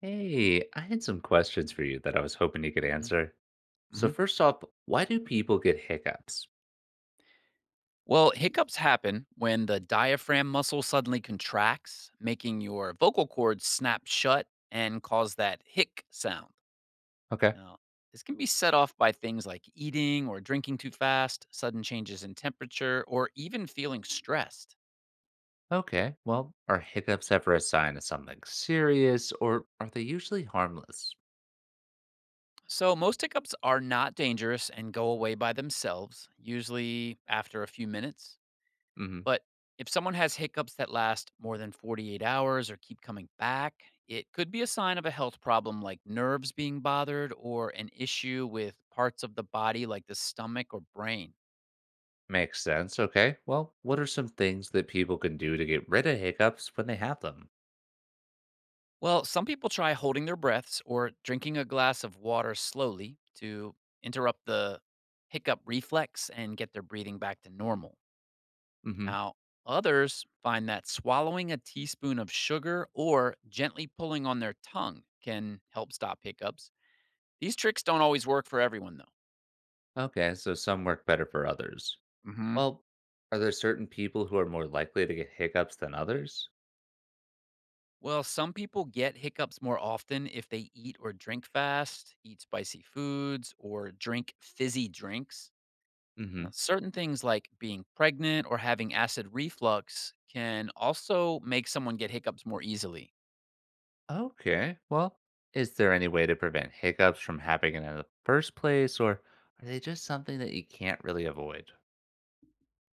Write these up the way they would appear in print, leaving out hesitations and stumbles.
Hey, I had some questions for you that I was hoping you could Mm, answer. So, mhm. first off, why do people get hiccups? Well, hiccups happen when the diaphragm muscle suddenly contracts, making your vocal cords snap shut and cause that hic sound. Okay. Now, this can be set off by things like eating or drinking too fast, sudden changes in temperature, or even feeling stressed. Okay. Well, are hiccups ever a sign of something serious, or are they usually harmless? So, most hiccups are not dangerous and go away by themselves, usually after a few minutes. Hmm. But if someone has hiccups that last more than 48 hours or keep coming back, it could be a sign of a health problem like nerves being bothered or an issue with parts of the body like the stomach or brain. Makes sense. Okay. Well, what are some things that people can do to get rid of hiccups when they have them? Well, some people try holding their breaths or drinking a glass of water slowly to interrupt the hiccup reflex and get their breathing back to normal. Hmm. Now, others find that swallowing a teaspoon of sugar or gently pulling on their tongue can help stop hiccups. These tricks don't always work for everyone, though. Okay. So, some work better for others. Hmm. Well, are there certain people who are more likely to get hiccups than others? Well, some people get hiccups more often if they eat or drink fast, eat spicy foods, or drink fizzy drinks. Certain things like being pregnant or having acid reflux can also make someone get hiccups more easily. Okay. Well, is there any way to prevent hiccups from happening in the first place, or are they just something that you can't really avoid?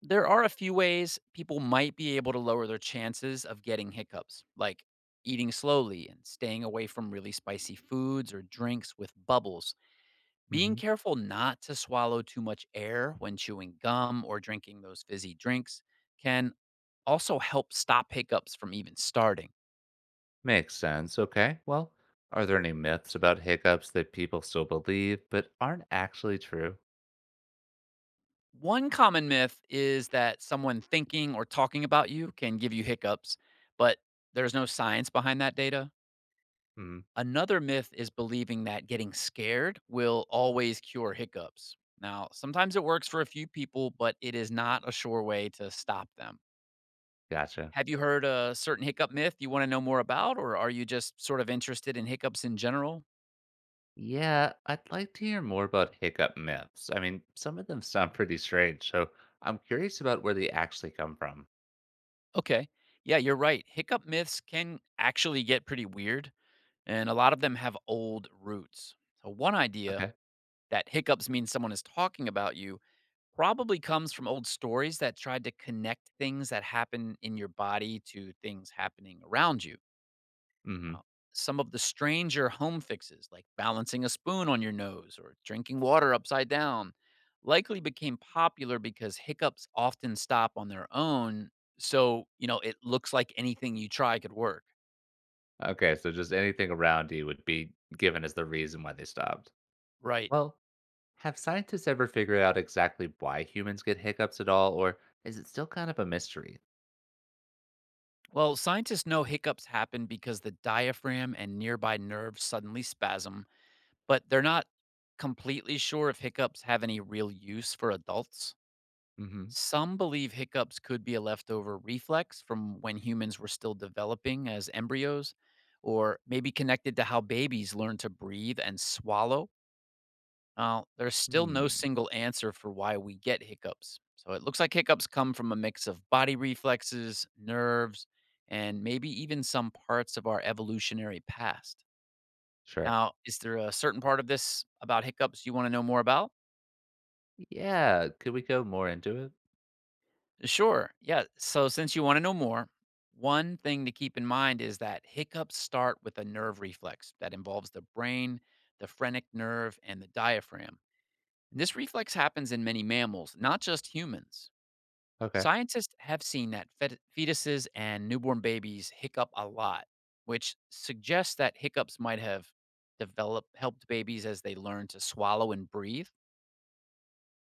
There are a few ways people might be able to lower their chances of getting hiccups, like eating slowly and staying away from really spicy foods or drinks with bubbles. Being Hmm. careful not to swallow too much air when chewing gum or drinking those fizzy drinks can also help stop hiccups from even starting. Makes sense. Okay. Well, are there any myths about hiccups that people still believe but aren't actually true? One common myth is that someone thinking or talking about you can give you hiccups, but there's no science behind that data. Hmm. Another myth is believing that getting scared will always cure hiccups. Now, sometimes it works for a few people, but it is not a sure way to stop them. Gotcha. Have you heard a certain hiccup myth you wanna know more about, or are you just sort of interested in hiccups in general? Yeah, I'd like to hear more about hiccup myths. Some of them sound pretty Yeah. strange, so I'm curious about where they actually come from. Okay. Yeah, you're right. Hiccup myths can actually get pretty weird, and a lot of them have old roots. So one idea Okay. that hiccups mean someone is talking about you probably comes from old stories that tried to connect things that happen in your body to things happening around you. Hmm. Now, some of the stranger home fixes, like balancing a spoon on your nose or drinking water upside down, likely became popular because hiccups often stop on their own. So, it looks like anything you try could work. Okay, so just anything around you would be given as the reason why they stopped. Right. Well, have scientists ever figured out exactly why humans get hiccups at all, or is it still kind of a mystery? Well, scientists know hiccups happen because the diaphragm and nearby nerves suddenly spasm, but they're not completely sure if hiccups have any real use for adults. Mm-hmm. Some believe hiccups could be a leftover reflex from when humans were still developing as embryos, or maybe connected to how babies learn to breathe and swallow. Now, there's still no Hmm. single answer for why we get hiccups. So it looks like hiccups come from a mix of body reflexes, nerves, and maybe even some parts of our evolutionary past. Sure. Now, is there a certain part of this about hiccups you want to know more about? Yeah. Could we go more into it? Sure. Yeah. So, since you want to know more, one thing to keep in mind is that hiccups start with a nerve reflex that involves the brain, the phrenic nerve, and the diaphragm. And this reflex happens in many mammals, not just humans. Okay. Scientists have seen that fetuses and newborn babies hiccup a lot, which suggests that hiccups might have developed helped babies as they learn to swallow and breathe.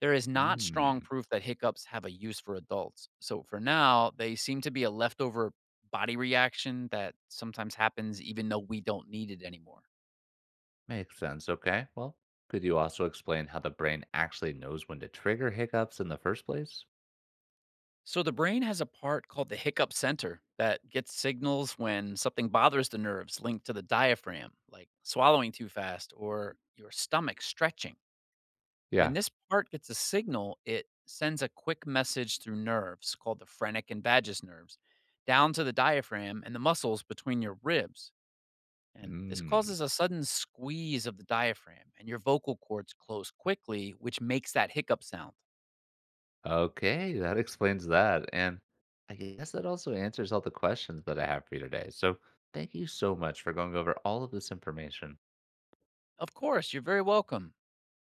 There is not strong Hmm. proof that hiccups have a use for adults. So for now, they seem to be a leftover body reaction that sometimes happens even though we don't need it anymore. Makes sense. Okay. Well, could you also explain how the brain actually knows when to trigger hiccups in the first place? So the brain has a part called the hiccup center that gets signals when something bothers the nerves linked to the diaphragm, like swallowing too fast or your stomach stretching. When Yeah. this part gets a signal, it sends a quick message through nerves called the phrenic and vagus nerves down to the diaphragm and the muscles between your ribs. And this Hmm. causes a sudden squeeze of the diaphragm, and your vocal cords close quickly, which makes that hiccup sound. Okay. That explains that. And I guess that also answers all the questions that I have for you today. So thank you so much for going over all of this information. Of course, you're very welcome.